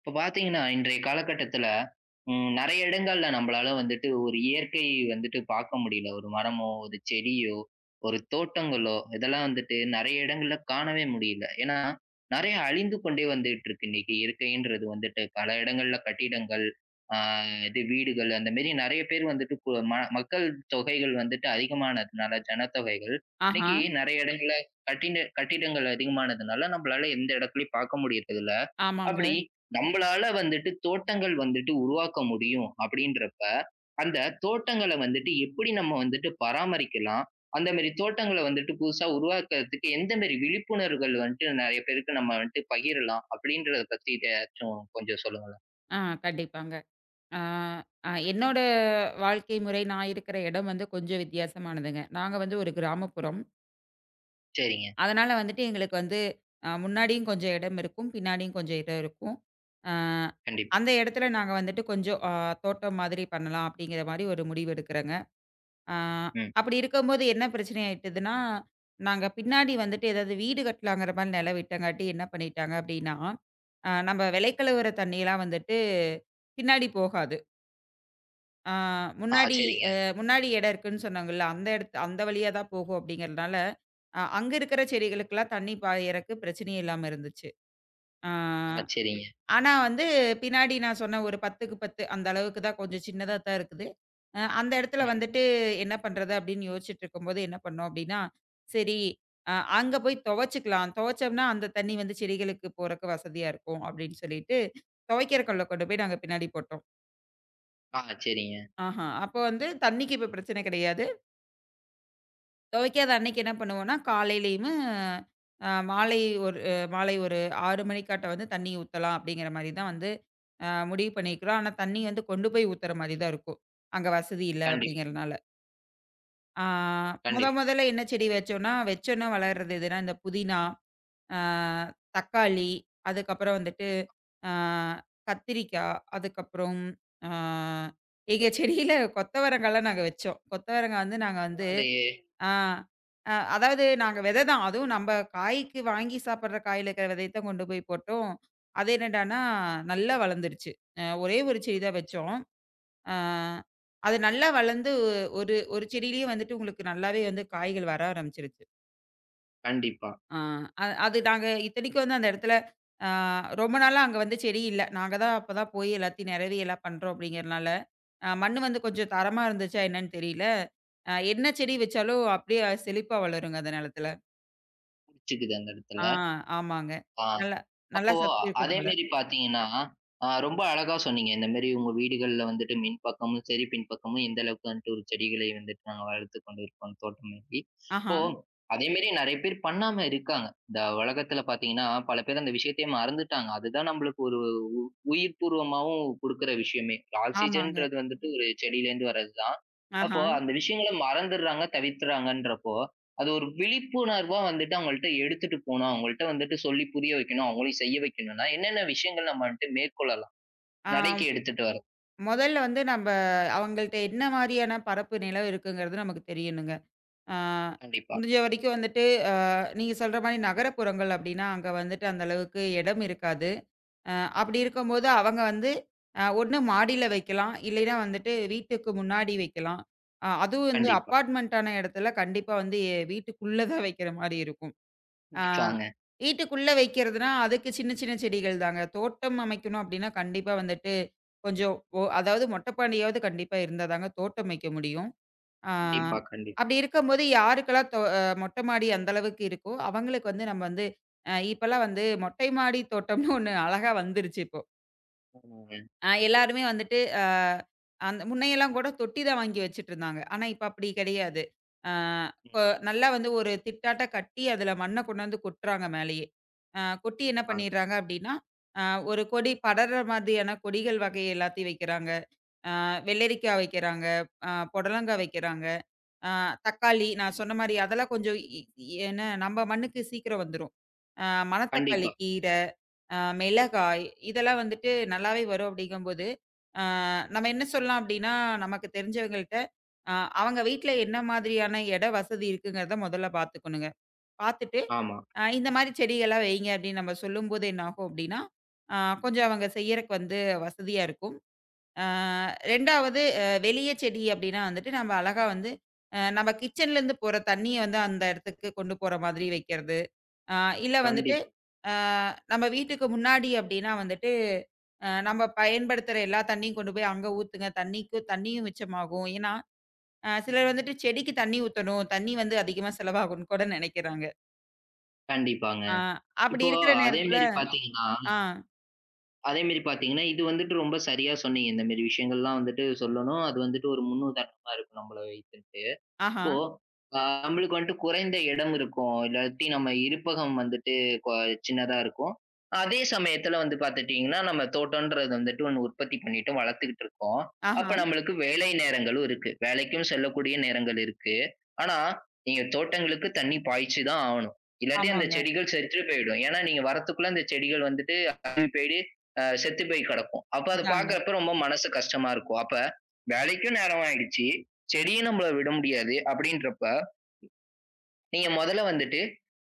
இப்ப பார்த்தீங்கன்னா, இன்றைய காலகட்டத்தில நெறைய இடங்கள்ல நம்பளால வந்துட்டு ஒரு இயற்கை வந்துட்டு பார்க்க முடியல. ஒரு மரமோ, ஒரு செடியோ, ஒரு தோட்டங்களோ இதெல்லாம் வந்துட்டு நெறைய இடங்கள்ல காணவே முடியல. ஏன்னா, நெறைய அழிந்து கொண்டே வந்துட்டுருக்கு. இன்னைக்கு இயற்கைன்றது வந்துட்டு பல இடங்கள்ல கட்டிடங்கள், ஆ இது வீடுகள் அந்த மாரி நெறைய பேர் வந்துட்டு கு ம மக்கள் தொகைகள் வந்துட்டு அதிகமானதுனால, ஜனத்தொகைகள் ஆஹா. இன்னைக்கு நெறைய இடங்கள்ல கட்டிடங்கள் அதிகமானதுனால, நம்பளால எந்த இடத்துலயும் பார்க்க முடியறதில்ல. ஆமாங்க. அப்படி நம்மளால வந்துட்டு தோட்டங்கள் வந்துட்டு உருவாக்க முடியும் அப்படின்றப்ப, அந்த தோட்டங்கள வந்துட்டு எப்படி நம்ம வந்துட்டு பராமரிக்கலாம்? அந்த மாரி தோட்டங்கள வந்துட்டு புதுசா உருவாக்குறதுக்கு எந்த மாரி விழிப்புணர்வுகள் வந்துட்டு நெறைய பேருக்கு நம்ம வந்துட்டு பகிரலாம்? அப்படின்றத பத்தி ஏதாச்சும் கொஞ்சம் சொல்லுங்களேன். ஆ கண்டிப்பாங்க. ஆ அ என்னோட வாழ்க்கை முறை நான் இருக்கிற இடம் வந்து கொஞ்சம் வித்தியாசமானதுங்க. நாங்க வந்து ஒரு கிராமப்புறம். சரிங்க. அதனால வந்துட்டு எங்களுக்கு வந்து முன்னாடியும் கொஞ்சம் இடம் இருக்கும். பின்னாடியும் கொஞ்சம் இடம் இருக்கும். ஆ கண்டிப்பா. அந்த இடத்துல நாங்க வந்துட்டு கொஞ்சம் தோட்டம் மாதிரி பண்ணலாம் அப்படிங்கிற மாரி ஒரு முடிவு எடுக்கிறேங்க. ஆ, ம். அப்படி இருக்கும்போது என்ன பிரச்சனை ஆயிட்டதுன்னா, நாங்க பின்னாடி வந்துட்டு ஏதாவது வீடு கட்டலாங்கிற மாரி நிலம் விட்டங்காட்டி என்ன பண்ணிட்டாங்க அப்படின்னா, நம்ம விளைக்கழுவுற தண்ணியெல்லாம் வந்துட்டு பின்னாடி போகாது. ஆ ஆ முன்னாடி சரிங்க. அ முன்னாடி இடம் இருக்குன்னு சொன்னாங்கல்ல, அந்த இடத்து அந்த வழியா தான் போகும் அப்படிங்கிறதுனால, அங்க இருக்கிற செடிகளுக்கெல்லாம் தண்ணி பாயறக்கு பிரச்சனையே இல்லாம இருந்துச்சு. ஆ. ஆ சரிங்க. ஆனா வந்து, பின்னாடி நான் சொன்ன ஒரு 10க்கு 10 அந்த அளவுக்கு தான் கொஞ்சம் சின்னதா தான் இருக்குது. அந்த இடத்துல ம். வந்துட்டு என்ன பண்றது அப்படின்னு யோசிச்சுட்டு இருக்கும்போது என்ன பண்ணோம் அப்படின்னா, சரி, அங்க போய் துவைச்சுக்கலாம். துவைச்சோம்னா அந்த தண்ணி வந்து செடிகளுக்கு போறக்கு வசதியா இருக்கும் அப்படின்னு சொல்லிட்டு துவைக்கிற கல்ல கொண்டு போய் நாங்க பின்னாடி போட்டோம். ஆ சரிங்க. ஆஹா! அப்போ வந்து தண்ணிக்கு இப்ப பிரச்சனை கிடையாது. துவைக்காத அன்னைக்கு என்ன பண்ணுவோம்னா, காலையிலயுமு அ மாலை ஒரு மாலை ஒரு 6 மணிக்காட்ட வந்து தண்ணி ஊத்தலாம் அப்படிங்கிற மாரி தான் வந்து முடிவு பண்ணியிருக்கிறோம். ஆனா, தண்ணி வந்து கொண்டு போய் ஊத்துற மாரி தான் இருக்கும். அங்க வசதி இல்ல கண்டிப் அப்படிங்கிறனால. ஆ முத கண்டிப் முதல்ல என்ன செடி வச்சோம்னா, வச்சோன்ன வளர்றது எதுனா, இந்த புதினா, ஆ தக்காளி, அதுக்கப்புறம் வந்துட்டு, ஆ கத்திரிக்காய், அதுக்கப்புறம், ஆ எங்க செடியில கொத்தவரங்காலாம் நாங்க வச்சோம். கொத்தவரங்கா வந்து நாங்க வந்து. பரவாயில்லையே! ஆ. அ அதாவது நாங்க வித தான். அதுவும் நம்ப காய்க்கு வாங்கி சாப்படுற காயில இருக்கிற விதையத்த கொண்டு போய் போட்டோம். அது என்னடான்னா, நல்லா வளர்ந்துருச்சு. ஒரே ஒரு செடி தான் வச்சோம். அ அது நல்லா வளர்ந்து ஒரு ஒரு செடியிலேயே வந்துட்டு உங்களுக்கு நல்லாவே வந்து காய்கள் வர ஆரம்பிச்சுருச்சு. கண்டிப்பா. ஆ அ அது நாங்க இத்தனைக்கும் வந்து அந்த இடத்துல, அ ரொம்ப நாளா அங்க வந்து செடி இல்ல. நாங்க தான் அப்ப தான் போய் எல்லாத்தையும் நிரவி எல்லாம் பண்றோம் அப்படிங்கிறனால, மண்ணு வந்து கொஞ்சம் தரமா இருந்துச்சா என்னன்னு தெரியல. என்ன செடி வச்சாலும் அப்படியே செழிப்பா வளருங்க அந்த நிலத்துல. புடிச்சுக்குது அந்த இடத்துல. ஆ, ஆமாங்க. ஆ. நல்லா நல்லா அப்போ சத்து இருக்கும் போல. அதேமாரி பார்த்தீங்கன்னா, ரொம்ப அழகா சொன்னீங்க. இந்த மாரி உங்க வீடுகள்ல வந்துட்டு மின் பக்கமும் சரி, பின்பக்கமும் எந்த அளவுக்கு வந்துட்டு ஒரு செடிகளை வந்துட்டு நாங்க வளர்த்துக் கொண்டிருக்கோம் தோட்டமாக்கி. இப்போ ஆஹா. அதேமாரி நெறைய பேர் பண்ணாம இருக்காங்க. இந்த உலகத்துல பார்த்தீங்கன்னா, பல பேர் அந்த விஷயத்தையே மறந்துட்டாங்க. அதுதான் நம்மளுக்கு ஒரு உ உயிர்ப்பூர்வமாவும் குடுக்குற விஷயமே. ஆமாங்க. ஆக்ஸிஜன்ன்றது வந்துட்டு ஒரு செடியிலேருந்து வர்றது தான். ஆஹா. அப்போ அந்த விஷயங்கள மறந்துடுறாங்க, தவிர்த்துறாங்கன்றப்போ அது ஒரு விழிப்புணர்வா வந்துட்டு அவங்கள்ட்ட எடுத்துட்டு போணும். அவங்கள்ட்ட வந்துட்டு சொல்லி புரிய வைக்கணும். அவங்களையும் செய்ய வைக்கணும்னா, என்னென்ன விஷயங்கள் நம்ம வந்துட்டு மேற்கொள்ளலாம்? ஆ நடைக்கு எடுத்துட்டு வர. மொதல்ல வந்து நம்ப அவங்கள்ட்ட என்ன மாரியான பரப்பு நிலம் இருக்குங்கிறது நமக்கு தெரியணுங்க. ஆ கண்டிப்பா. முடிஞ்ச வரைக்கும் வந்துட்டு, அ நீங்க சொல்ற மாரி நகரப்புறங்கள் அப்டின்னா, அங்க வந்துட்டு அந்த அளவுக்கு இடம் இருக்காது. அ அப்டி ம். இருக்கும்போது அவங்க வந்து ஒண்ணு மாடியில வைக்கலாம். இல்லைன்னா வந்துட்டு வீட்டுக்கு முன்னாடி வைக்கலாம். அதுவும் வந்து கண்டிப்பா. அபார்ட்மெண்ட்டான இடத்துல கண்டிப்பா வந்து வீட்டுக்குள்ள தான் வைக்கிற மாரி இருக்கும். ஆ கண்டிப்பாங்க. வீட்டுக்குள்ள வைக்கிறதுனா, அதுக்கு சின்ன சின்ன செடிகள் தாங்க. தோட்டம் அமைக்கணும் அப்டின்னா, கண்டிப்பா வந்துட்டு கொஞ்சம் அதாவது மொட்டப்பாண்டியாவது கண்டிப்பா இருந்தா தாங்க தோட்டம் வைக்க முடியும். ஆ கண்டிப்பா, கண்டிப்பா. அப்டி இருக்கும்போது யாருக்கெல்லாம் தொ அ மொட்டை மாடி அந்த அளவுக்கு இருக்கோ, அவங்களுக்கு வந்து நம்ம வந்து, இப்பலாம் வந்து மொட்டை மாடி தோட்டம்னு ஒண்ணு அழகா வந்துருச்சு இப்போ. ஆமாங்க. எல்லாருமே வந்துட்டு, அந்த முன்னையெல்லாம் கூட தொட்டி தான் வாங்கி வச்சுட்டுருந்தாங்க. ஆனா, இப்ப அப்படி கிடையாது. அ ம். கொ நல்லா வந்து ஒரு திட்டாட்ட கட்டி, அதுல மண்ண கொண்டு வந்து கொட்டுறாங்க மேலயே. கொட்டி என்ன ஆமாங்க. பண்ணிடுறாங்க அப்படின்னா, அ ஒரு கொடி படர்ற மாதிரியான கொடிகள் வகை எல்லாத்தையும் வைக்கிறாங்க. அ வெள்ளரிக்கா வைக்கிறாங்க, புடலங்கா வைக்கிறாங்க. ஆ தக்காளி நான் சொன்ன மாரி அதெல்லாம் கொஞ்சம் ஏன்னா நம்ம மண்ணுக்கு சீக்கிரம் வந்துரும். ஆ மணத்தக்காளி கண்டிப்பா. கீரை, மிளகாய் இதெல்லாம் வந்துட்டு நல்லாவே வரும் அப்படிங்கும்போது, ஆ நம்ம என்ன சொல்லலாம் அப்படின்னா, நமக்கு தெரிஞ்சவங்கள்ட்ட, அ அவங்க வீட்ல என்ன மாதிரியான இட வசதி இருக்குங்கிறத முதல்ல பார்த்துக்கணுங்க. பார்த்துட்டு, ஆமா. இந்த மாரி செடியெல்லாம் வைங்க அப்படின்னு நம்ம சொல்லும்போது என்ன ஆகும் அப்படின்னா, ஆ கொஞ்சம் அவங்க செய்யறக்கு வந்து வசதியா இருக்கும். ஆ 2வது வெளிய செடி அப்டின்னா வந்துட்டு, நம்ம அழகா வந்து, நம்ம கிச்சன்லேருந்து போற தண்ணிய வந்து அந்த இடத்துக்கு கொண்டு போற மாதிரி வைக்கிறது. ஆ இல்ல வந்துட்டு, கண்டிப்பா. ஆ நம்ம வீட்டுக்கு முன்னாடி அப்டின்னா வந்துட்டு, நம்ம பயன்படுத்துற எல்லா தண்ணியும் கொண்டு போய் அங்க ஊத்துங்க. தண்ணிக்கும் தண்ணியும் மிச்சமாகும். ஏன்னா, சிலர் வந்துட்டு செடிக்கு தண்ணி ஊத்தணும், தண்ணி வந்து அதிகமா செலவாகும்னு கூட நெனைக்கிறாங்க. கண்டிப்பாங்க. ஆ அப்படி இப்போ இருக்கிற அதே நேரத்துல. மேரி பார்த்தீங்கன்னா ஆ, அதே மேரி பார்த்தீங்கன்னா, இது வந்துட்டு ரொம்ப சரியா சொன்னீங்க. இந்த மேரி விஷயங்கள்லாம் வந்துட்டு சொல்லணும். அது வந்துட்டு ஒரு முன்னுதாரணமா இருக்கும் நம்மள வைத்துட்டு. ஆஹா, இப்போ, அ நம்மளுக்கு வந்துட்டு குறைந்த இடம் இருக்கும். இல்லாட்டி நம்ம இருப்பகம் வந்துட்டு கொ சின்னதா இருக்கும். அதே சமயத்துல வந்து பார்த்துட்டீங்கன்னா, நம்ம தோட்டம்ன்றது வந்துட்டு ஒண்ணு உற்பத்தி பண்ணிட்டு வளர்த்துக்கிட்டு இருக்கோம். அப்ப ஆஹா, நம்மளுக்கு வேலை நேரங்களும் இருக்கு. வேலைக்கும் செல்லக்கூடிய நேரங்கள் இருக்கு. ஆனா, நீங்க தோட்டங்களுக்கு தண்ணி பாய்ச்சு தான் ஆவணும். இல்லாட்டி அந்த ஆமாங்க. செடிகள் செத்து போயிடும். ஏன்னா, நீங்க வரத்துக்குள்ள அந்த செடிகள் வந்துட்டு அழுகி போயிடு அ செத்து போய் கிடக்கும். அப்ப அத அதாங்க, பார்க்குறப்ப ரொம்ப மனசு கஷ்டமா இருக்கும். அப்ப வேலைக்கும் நேரம் ஆயிடுச்சு. செடியும் நம்மள விட முடியாது அப்படின்றப்ப, நீங்க மொதல்ல வந்துட்டு,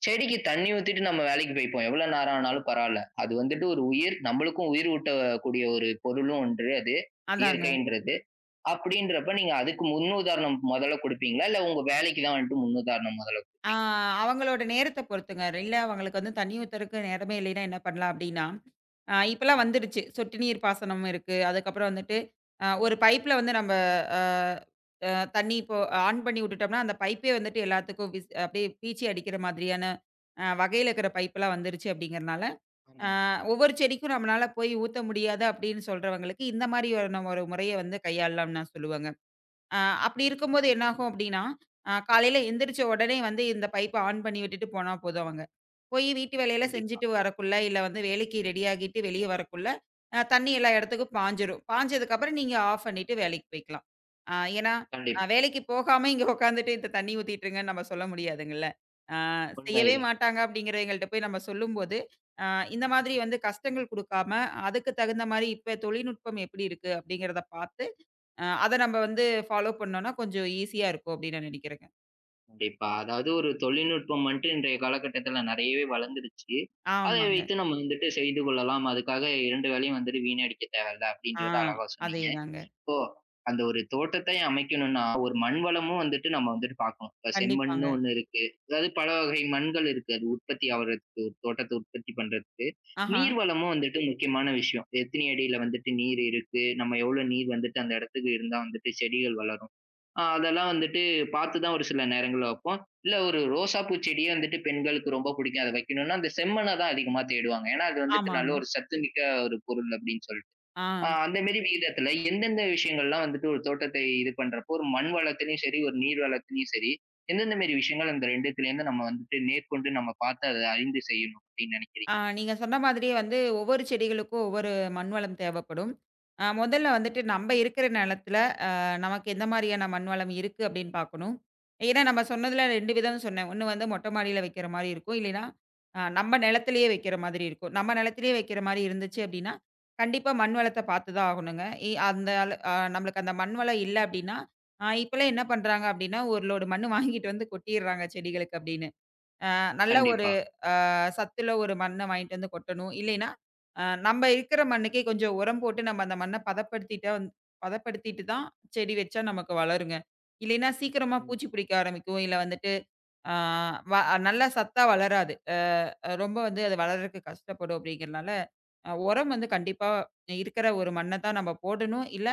செடிக்கு தண்ணி ஊத்திட்டு நம்ம வேலைக்கு போய்ப்போம். எவ்வளோ நேரம் ஆனாலும் பரவால்ல. அது வந்துட்டு ஒரு உயிர். நம்மளுக்கும் உயிர் ஊட்டக்கூடிய ஒரு பொருளும் ஒன்று அது. அதாங்க. இயற்கைன்றது. அப்படின்றப்ப நீங்க அதுக்கு முன்னுதாரணம் மொதல்ல குடுப்பீங்களா? இல்ல உங்க வேலைக்கு தான் வந்துட்டு முன்னுதாரணம் மொதல்ல ஆ குடுப்பீங்களா? அவங்களோட நேரத்த பொறுத்துங்க. இல்ல அவங்களுக்கு வந்து தண்ணி ஊத்தறக்கு நேரமே இல்லைன்னா என்ன பண்ணலாம் அப்டின்னா, இப்பலாம் ம். வந்துடுச்சு. சொட்டு நீர் பாசனம் இருக்கு. அதுக்கப்புறம் வந்துட்டு, ஒரு பைப்ல வந்து நம்ம அ அ தண்ணி இப்போ ஆன் பண்ணி விட்டுட்டோம்னா, அந்த பைப்பே வந்துட்டு எல்லாத்துக்கும் விஸ் அப்டியே பீய்ச்சி அடிக்கிற மாதிரியான, வகையில இருக்கிற பைப்லாம் வந்துருச்சு அப்டிங்கிறனால, அ ஆமாங்க. ஒவ்வொரு செடிக்கும் நம்மளால போய் ஊத்த முடியாது அப்டின்னு சொல்றவங்களுக்கு இந்த மாரியான ஒரு முறைய வந்து கையாளலாம்னு நான் சொல்லுவேங்க. அ அப்படி இருக்கும்போது என்னாகும் அப்படின்னா, காலையில எந்திரிச்ச உடனே வந்து இந்த பைப்ப ஆன் பண்ணி விட்டுட்டு போனா போதும் அவங்க. போய் வீட்டு வேலையெல்லாம் கண்டிப்பா, செஞ்சுட்டு வரக்குள்ள, இல்ல வந்து வேலைக்கு ரெடி ஆகிட்டு வெளிய வரக்குள்ள, தண்ணி எல்லா இடத்துக்கும் பாய்ஞ்சிரும். பாய்ஞ்சதுக்கப்புறம் நீங்க ஆஃப் பண்ணிட்டு வேலைக்கு போய்க்கலாம். ஏன்னா, கண்டிப்பா. வேலைக்கு போகாம இங்க உட்காந்துட்டு இந்த தண்ணி ஊத்திட்டுருங்கன்னு நம்ம சொல்ல முடியாதுங்கல்ல. அ செய்யவே உண்மைதான். மாட்டாங்க அப்படிங்கிறவங்கள்ட்ட போய் நம்ம சொல்லும்போது, அ இந்த மாதிரி வந்து கஷ்டங்கள் குடுக்காம, அதுக்கு தகுந்த மாரி இப்ப தொழில்நுட்பம் எப்படி இருக்கு அப்படிங்கிறத பார்த்து, அத நம்ம வந்து ஃபாலோ பண்ணோம்னா கொஞ்சம் ஈஸியா இருக்கும் அப்படின்னு நான் நினைக்கிறேங்க. கண்டிப்பா. அதாவது ஒரு தொழில்நுட்பம் வந்துட்டு இன்றைய காலகட்டத்தில நெறையவே வளர்ந்துருச்சு. அதை ஆமாங்க. வைத்து நம்ம வந்துட்டு செய்து கொள்ளலாம். அதுக்காக 2 வேலையும் வந்துட்டு வீணடிக்க தேவையில்ல ஆ அப்படின்றத அழகா சொன்னீங்க. அதேதாங்க. இப்போ அந்த ஒரு தோட்டத்தை அமைக்கணும்னா, ஒரு மண் வளமும் வந்துட்டு நம்ம வந்துட்டு பார்க்கணும். இப்ப கண்டிப்பாங்க. செம்மண்னு ஒண்ணு இருக்கு. அதாவது பல வகை மண்கள் இருக்கு. அது உற்பத்தி ஆவறதுக்கு, தோட்டத்தை உற்பத்தி பண்றதுக்கு. ஆஹா. நீர் வளமும் வந்துட்டு முக்கியமான விஷயம். எத்தனை அடியில வந்துட்டு நீர் இருக்கு? நம்ம எவ்வளோ நீர் வந்துட்டு அந்த இடத்துக்கு இருந்தா வந்துட்டு செடிகள் வளரும்? அதெல்லாம் வந்துட்டு பார்த்து தான் ஒரு சில நேரங்கள்ல வைப்போம். இல்ல ஒரு ரோசாப்பூ செடியே வந்துட்டு பெண்களுக்கு ரொம்ப பிடிக்கும். அத வைக்கணும்னா, அந்த செம்மண்ண தான் அதிகமா தேடுவாங்க. ஏன்னா, அது வந்துட்டு நல்ல ஆமாங்க. ஒரு சத்துமிக்க ஒரு பொருள் அப்படின்னு சொல்லிட்டு. ஆ. அந்த மாரி விகிதத்துல எந்தெந்த விஷயங்கள்லாம் வந்துட்டு ஒரு தோட்டத்தை இது பண்றப்போ, ஒரு மண் வளத்திலயும் சரி, ஒரு நீர் வளத்திலயும் சரி, எந்தெந்த மாரி விஷயங்கள் அந்த 2த்துலேருந்து நம்ம வந்துட்டு நேர்கொண்டு நம்ம பார்த்து அத அறிந்து செய்யணும் அப்படின்னு நினைக்கிறீங்க? நீங்க சொன்ன மாதிரியே வந்து ஒவ்வொரு செடிகளுக்கும் ஒவ்வொரு மண் வளம் தேவைப்படும். முதல்ல வந்துட்டு நம்ம இருக்கிற நிலத்துல, அ நமக்கு எந்த மாதிரியான மண் வளம் இருக்கு அப்படின்னு பார்க்கணும். ஏன்னா நம்ம சொன்னதுல 2 விதம் சொன்னேன். ஒண்ணு வந்து மொட்டை மாடியில வைக்கிற மாரி இருக்கும். இல்லைன்னா, நம்ம நிலத்திலேயே வைக்கிற மாதிரி இருக்கும். நம்ம நிலத்திலேயே வைக்கிற மாரி இருந்துச்சு அப்படின்னா, கண்டிப்பா மண் வளத்த பார்த்து தான் ஆகணுங்க. இ அந்த அள அ நம்மளுக்கு அந்த மண் வளம் இல்ல அப்படின்னா, இப்பலாம் என்ன பண்றாங்க அப்படின்னா, ஒரு லோடு மண்ணு வாங்கிட்டு வந்து கொட்டிடுறாங்க செடிகளுக்கு அப்படின்னு. அ நல்ல ஒரு, கண்டிப்பா. அ சத்துள்ள ஒரு மண்ண வாங்கிட்டு வந்து கொட்டணும். இல்லைன்னா, நம்ப இருக்கிற மண்ணுக்கே கொஞ்சம் உரம் போட்டு நம்ம அந்த மண்ண பதப்படுத்திட்டா வந் பதப்படுத்திட்டு தான் செடி வச்சா நமக்கு வளருங்க. இல்லைன்னா சீக்கிரமா ம். பூச்சி பிடிக்க ஆரம்பிக்கும். இல்ல வந்துட்டு, அ வ நல்லா சத்தா வளராது. ரொம்ப வந்து அது வளர்றதுக்கு கஷ்டப்படும் அப்படிங்கிறனால, உரம் வந்து கண்டிப்பா இருக்கிற ஒரு மண்ண தான் நம்ம போடணும். இல்ல,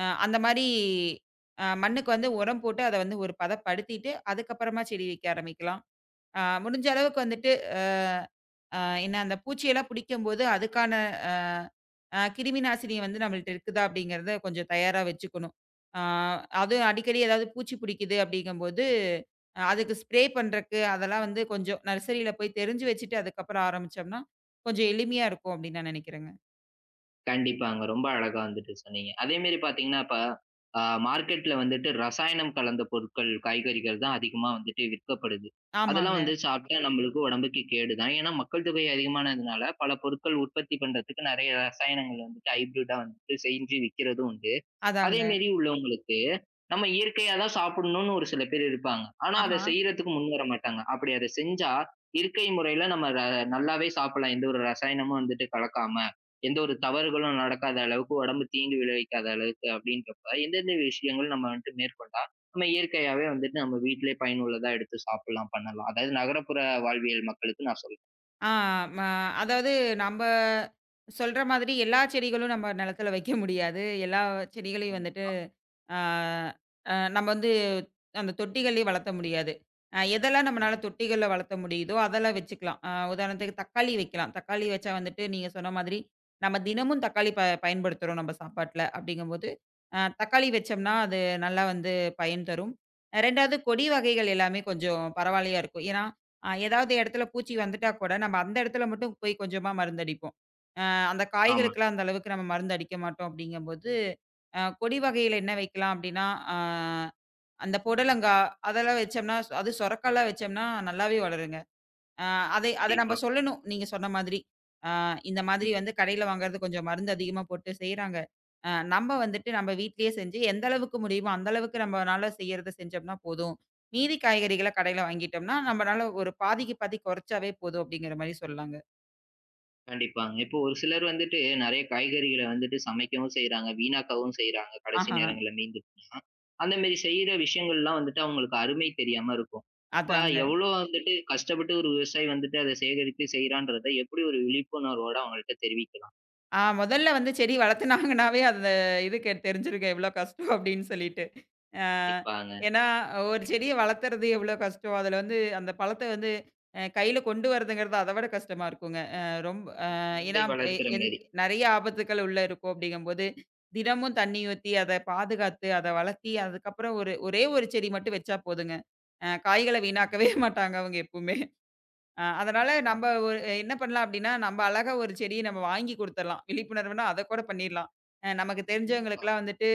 அந்த மாரி, மண்ணுக்கு வந்து உரம் போட்டு அத வந்து ஒரு பதப்படுத்திட்டு, அதுக்கப்புறமா செடி வைக்க ஆரம்பிக்கலாம். முடிஞ்ச அளவுக்கு வந்துட்டு அ அ என்ன அந்த பூச்சியெல்லாம் பிடிக்கும்போது, அதுக்கான அ அ கிருமி நாசினி வந்து நம்மள்ட்ட இருக்குதா அப்படிங்கிறத கொஞ்சம் தயாரா வச்சுக்கணும். ஆ அதுவும் அடிக்கடி ஏதாவது பூச்சி பிடிக்குது அப்படிங்கும்போது, அதுக்கு ஸ்ப்ரே பண்றக்கு அதெல்லாம் வந்து கொஞ்சம் நர்சரியில போய் தெரிஞ்சு வச்சுட்டு அதுக்கப்புறம் ஆரம்பிச்சோம்னா, கொஞ்சம் எளிமையா இருக்கும் அப்படின்னு நான் நினைக்கிறேங்க. கண்டிப்பாங்க. ரொம்ப அழகா வந்துட்டு சொன்னீங்க. அதே மாரி பார்த்தீங்கன்னா, இப்ப அ மார்க்கெட்ல வந்துட்டு ரசாயனம் கலந்த பொருட்கள், காய்கறிகள் தான் அதிகமா வந்துட்டு விற்கப்படுது. அதெல்லாம் ஆமாங்க. வந்து சாப்பிட்டா நம்மளுக்கு உடம்புக்கு கேடு தான். ஏன்னா, மக்கள் தொகை அதிகமானதுனால பல பொருட்கள் உற்பத்தி பண்றதுக்கு நெறைய ரசாயனங்கள் வந்துட்டு ஹைபிரிட்டா வந்துட்டு செஞ்சு விக்கிறதும் உண்டு. அதே அதாங்க. மாரி உள்ளவங்களுக்கு, நம்ம இயற்கையா தான் சாப்பிடணும்னு ஒரு சில பேர் இருப்பாங்க. ஆனா, அத ஆஹா. செய்றதுக்கு முன்வர மாட்டாங்க. அப்படி அத செஞ்சா, இயற்கை முறையில நம்ம நல்லாவே சாப்பிடலாம். எந்த ஒரு ரசாயனமும் வந்துட்டு கலக்காம, எந்த ஒரு தவறுகளும் நடக்காத அளவுக்கு, உடம்பு தீங்கு விளைவிக்காத அளவுக்கு அப்படின்றப்ப, எந்தெந்த விஷயங்கள் நம்ம வந்துட்டு மேற்கொண்டா, நம்ம இயற்கையாவே வந்துட்டு நம்ம வீட்டிலேயே பயனுள்ளதா எடுத்து சாப்பிடலாம், பண்ணலாம். அதாவது நகரப்புற வாழ்வியல் மக்களுக்கு நான் சொல்றேன். ஆ ம அதாவது நம்ப சொல்ற மாதிரி எல்லா செடிகளும் நம்ம நிலத்தில வைக்க முடியாது. எல்லா செடிகளையும் வந்துட்டு, கண்டிப்பா. ஆ, அ நம்ம வந்து அந்த தொட்டிகள்லயே வளர்த்த முடியாது. எதெல்லாம் நம்மனால ம். தொட்டிகள்ல வளர்த்த முடியுதோ, அதெல்லாம் வச்சுக்கலாம். உதாரணத்துக்கு தக்காளி வைக்கலாம். தக்காளி வச்சா வந்துட்டு நீங்க சொன்ன மாதிரி, நம்ம தினமும் தக்காளி பயன்படுத்துறோம் நம்ம சாப்பாட்டுல. அப்படிங்கும்போது, தக்காளி வச்சோம்னா, அது நல்லா வந்து பயன் தரும். 2வது கொடி வகைகள் எல்லாமே கொஞ்சம் பரவாயில்லையா இருக்கும். ஏன்னா, ஏதாவது இடத்துல பூச்சி வந்துட்டா கூட, நம்ம அந்த இடத்துல மட்டும் போய் கொஞ்சமா மருந்தடிப்போம். அ அந்த ஆமா. காய்களுக்கெல்லாம் அந்த அளவுக்கு நம்ம மருந்து அடிக்க மாட்டோம் அப்படிங்கும்போது, கொடி வகையில என்ன வைக்கலாம் அப்படின்னா, அ அந்த புடலங்கா அதெல்லாம் வச்சோம்னா, அது சொரக்காலாம் வச்சோம்னா நல்லாவே வளருங்க. அ அதை அத நம்ம கண்டிப்பா. சொல்லணும். நீங்க சொன்ன மாதிரி. அ இந்த ம். மாதிரி வந்து கடையில வாங்குறது கொஞ்சம் மருந்து அதிகமா போட்டு செய்றாங்க. நம்ம வந்துட்டு நம்ம வீட்லயே செஞ்சு எந்த அளவுக்கு முடியுமோ, அந்த அளவுக்கு நம்மனால செய்யறத செஞ்சோம்னா போதும். மீதி காய்கறிகள கடையில வாங்கிட்டோம்னா, நம்மனால ஒரு பாதிக்கு பாதி குறைச்சாவே போதும் அப்படிங்கிற மாரி சொல்லலாங்க. கண்டிப்பாங்க. இப்போ ஒரு சிலர் வந்துட்டு நெறைய காய்கறிகள வந்துட்டு சமைக்கவும் செய்றாங்க, வீணாக்கவும் செய்றாங்க கடைசி ஆஹா, நேரங்கள்ல மீந்து. அந்த மாரி செய்ற விஷயங்கள்லாம் வந்துட்டு அவங்களுக்கு அருமை தெரியாம இருக்கும். அப்ப அதாங்க. எவ்வளோ வந்துட்டு கஷ்டப்பட்டு ஒரு விவசாயி வந்துட்டு அத சேகரித்து செய்றான்றத எப்படி ஒரு விழிப்புணர்வோட அவங்கள்ட்ட தெரிவிக்கலாம்? முதல்ல வந்து செடி வளர்த்துனாங்கனாவே அந்த இதுக்கு தெரிஞ்சிருக்கும் எவ்வளோ கஷ்டம் அப்படின்னு சொல்லிட்டு. அ கண்டிப்பாங்க. ஏன்னா ஒரு செடிய வளர்த்துறது எவ்வளோ கஷ்டம். அதுல வந்து அந்த பழத்த வந்து, கையில கொண்டு வரதுங்கிறது அத விட கஷ்டமா இருக்குங்க. அ ரொம்ப அ ஒரு குழந்தை ஏன்னா எ வளர்க்கிற என் மாரி. நெறைய ஆபத்துக்கள் உள்ள இருக்கும் அப்படிங்கும்போது, தினமும் தண்ணி ஊத்தி, அத பாதுகாத்து, அத வளர்த்தி, அதுக்கப்புறம் ஒரு ஒரே ஒரு செடி மட்டும் வச்சா போதுங்க. காய்கள ம். வீணாக்கவே மாட்டாங்க அவங்க எப்பவுமே. அதனால நம்ப கண்டிப்பாங்க. ஒரு என்ன பண்ணலாம் அப்டின்னா, நம்ப அழகா ஒரு செடிய நம்ம வாங்கி குடுத்துறலாம். விழிப்புணர்வுனா அத கூட பண்ணிர்லாம். நமக்கு கண்டிப்பா. தெரிஞ்சவங்களுக்கெல்லாம் வந்துட்டு,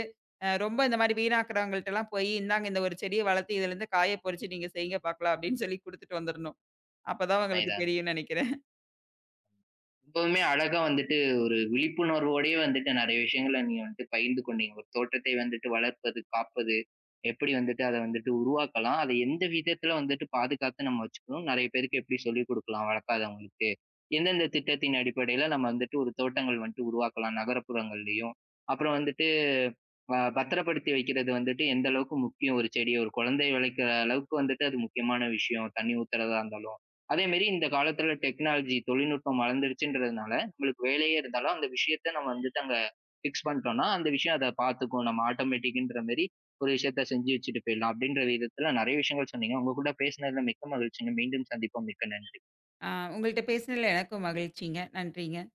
ரொம்ப இந்த மாரி வீணாக்குறவங்கள்ட்டலாம் போயி, "இந்தாங்க இந்த ஒரு செடிய வளர்த்து இதுலருந்து காய பறிச்சு நீங்க செய்ங்க பார்க்கலாம்" அப்டின்னு சொல்லி குடுத்துட்டு வந்துரணும். அப்பதான் அவங்களுக்கு உண்மைதாங்க. தெரியும்னு நெனைக்கிறேன். ரொம்பவுமே அழகா வந்துட்டு ஒரு விழிப்புணர்வோடயே வந்துட்டு நெறைய விஷயங்கள நீங்க வந்துட்டு பகிர்ந்து கொண்டீங்க. ஒரு தோட்டத்தை வந்துட்டு வளர்ப்பது, காப்பது, எப்படி வந்துட்டு அத வந்துட்டு உருவாக்கலாம். அத எந்த விதத்துல வந்துட்டு பாதுகாத்து நம்ம வச்சுக்கணும். நெறைய பேருக்கு எப்படி சொல்லிக் குடுக்கலாம் வளர்க்காதவங்களுக்கு. எந்தெந்த திட்டத்தின் அடிப்படையில நம்ம வந்துட்டு ஒரு தோட்டங்கள் வந்துட்டு உருவாக்கலாம் நகரப்புறங்கள்லயும். அப்புறம் வந்துட்டு பத்திரப்படுத்தி வைக்கிறது வந்துட்டு எந்த அளவுக்கு முக்கியம் ஒரு செடிய, ஒரு குழந்தை வளர்க்கிற அளவுக்கு வந்துட்டு அது முக்கியமான விஷயம். தண்ணி ஊத்துறதா இருந்தாலும். அதேமாரி இந்த காலத்துல டெக்னாலஜி தொழில்நுட்பம் வளர்ந்துருச்சுன்றதுனால, நம்மளுக்கு வேலையே இருந்தாலும் அந்த விஷயத்த நம்ம வந்துட்டு அங்க ஃபிக்ஸ் பண்ணிட்டோம்னா, அந்த விஷயம் அத பார்த்துக்கும். நம்ம ஆட்டோமேட்டிக்ன்ற மாரி ஒரு விஷயத்த செஞ்சு வச்சுட்டு போயிடலாம். அப்படின்ற விதத்துல நெறைய விஷயங்கள் சொன்னீங்க. உங்க கூட பேசினதுல மிக்க மகிழ்ச்சிங்க. மீண்டும் சந்திப்போம். மிக்க நன்றி. அ உங்கள்ட்ட பேசினதுல எனக்கும் மகிழ்ச்சிங்க. நன்றிங்க.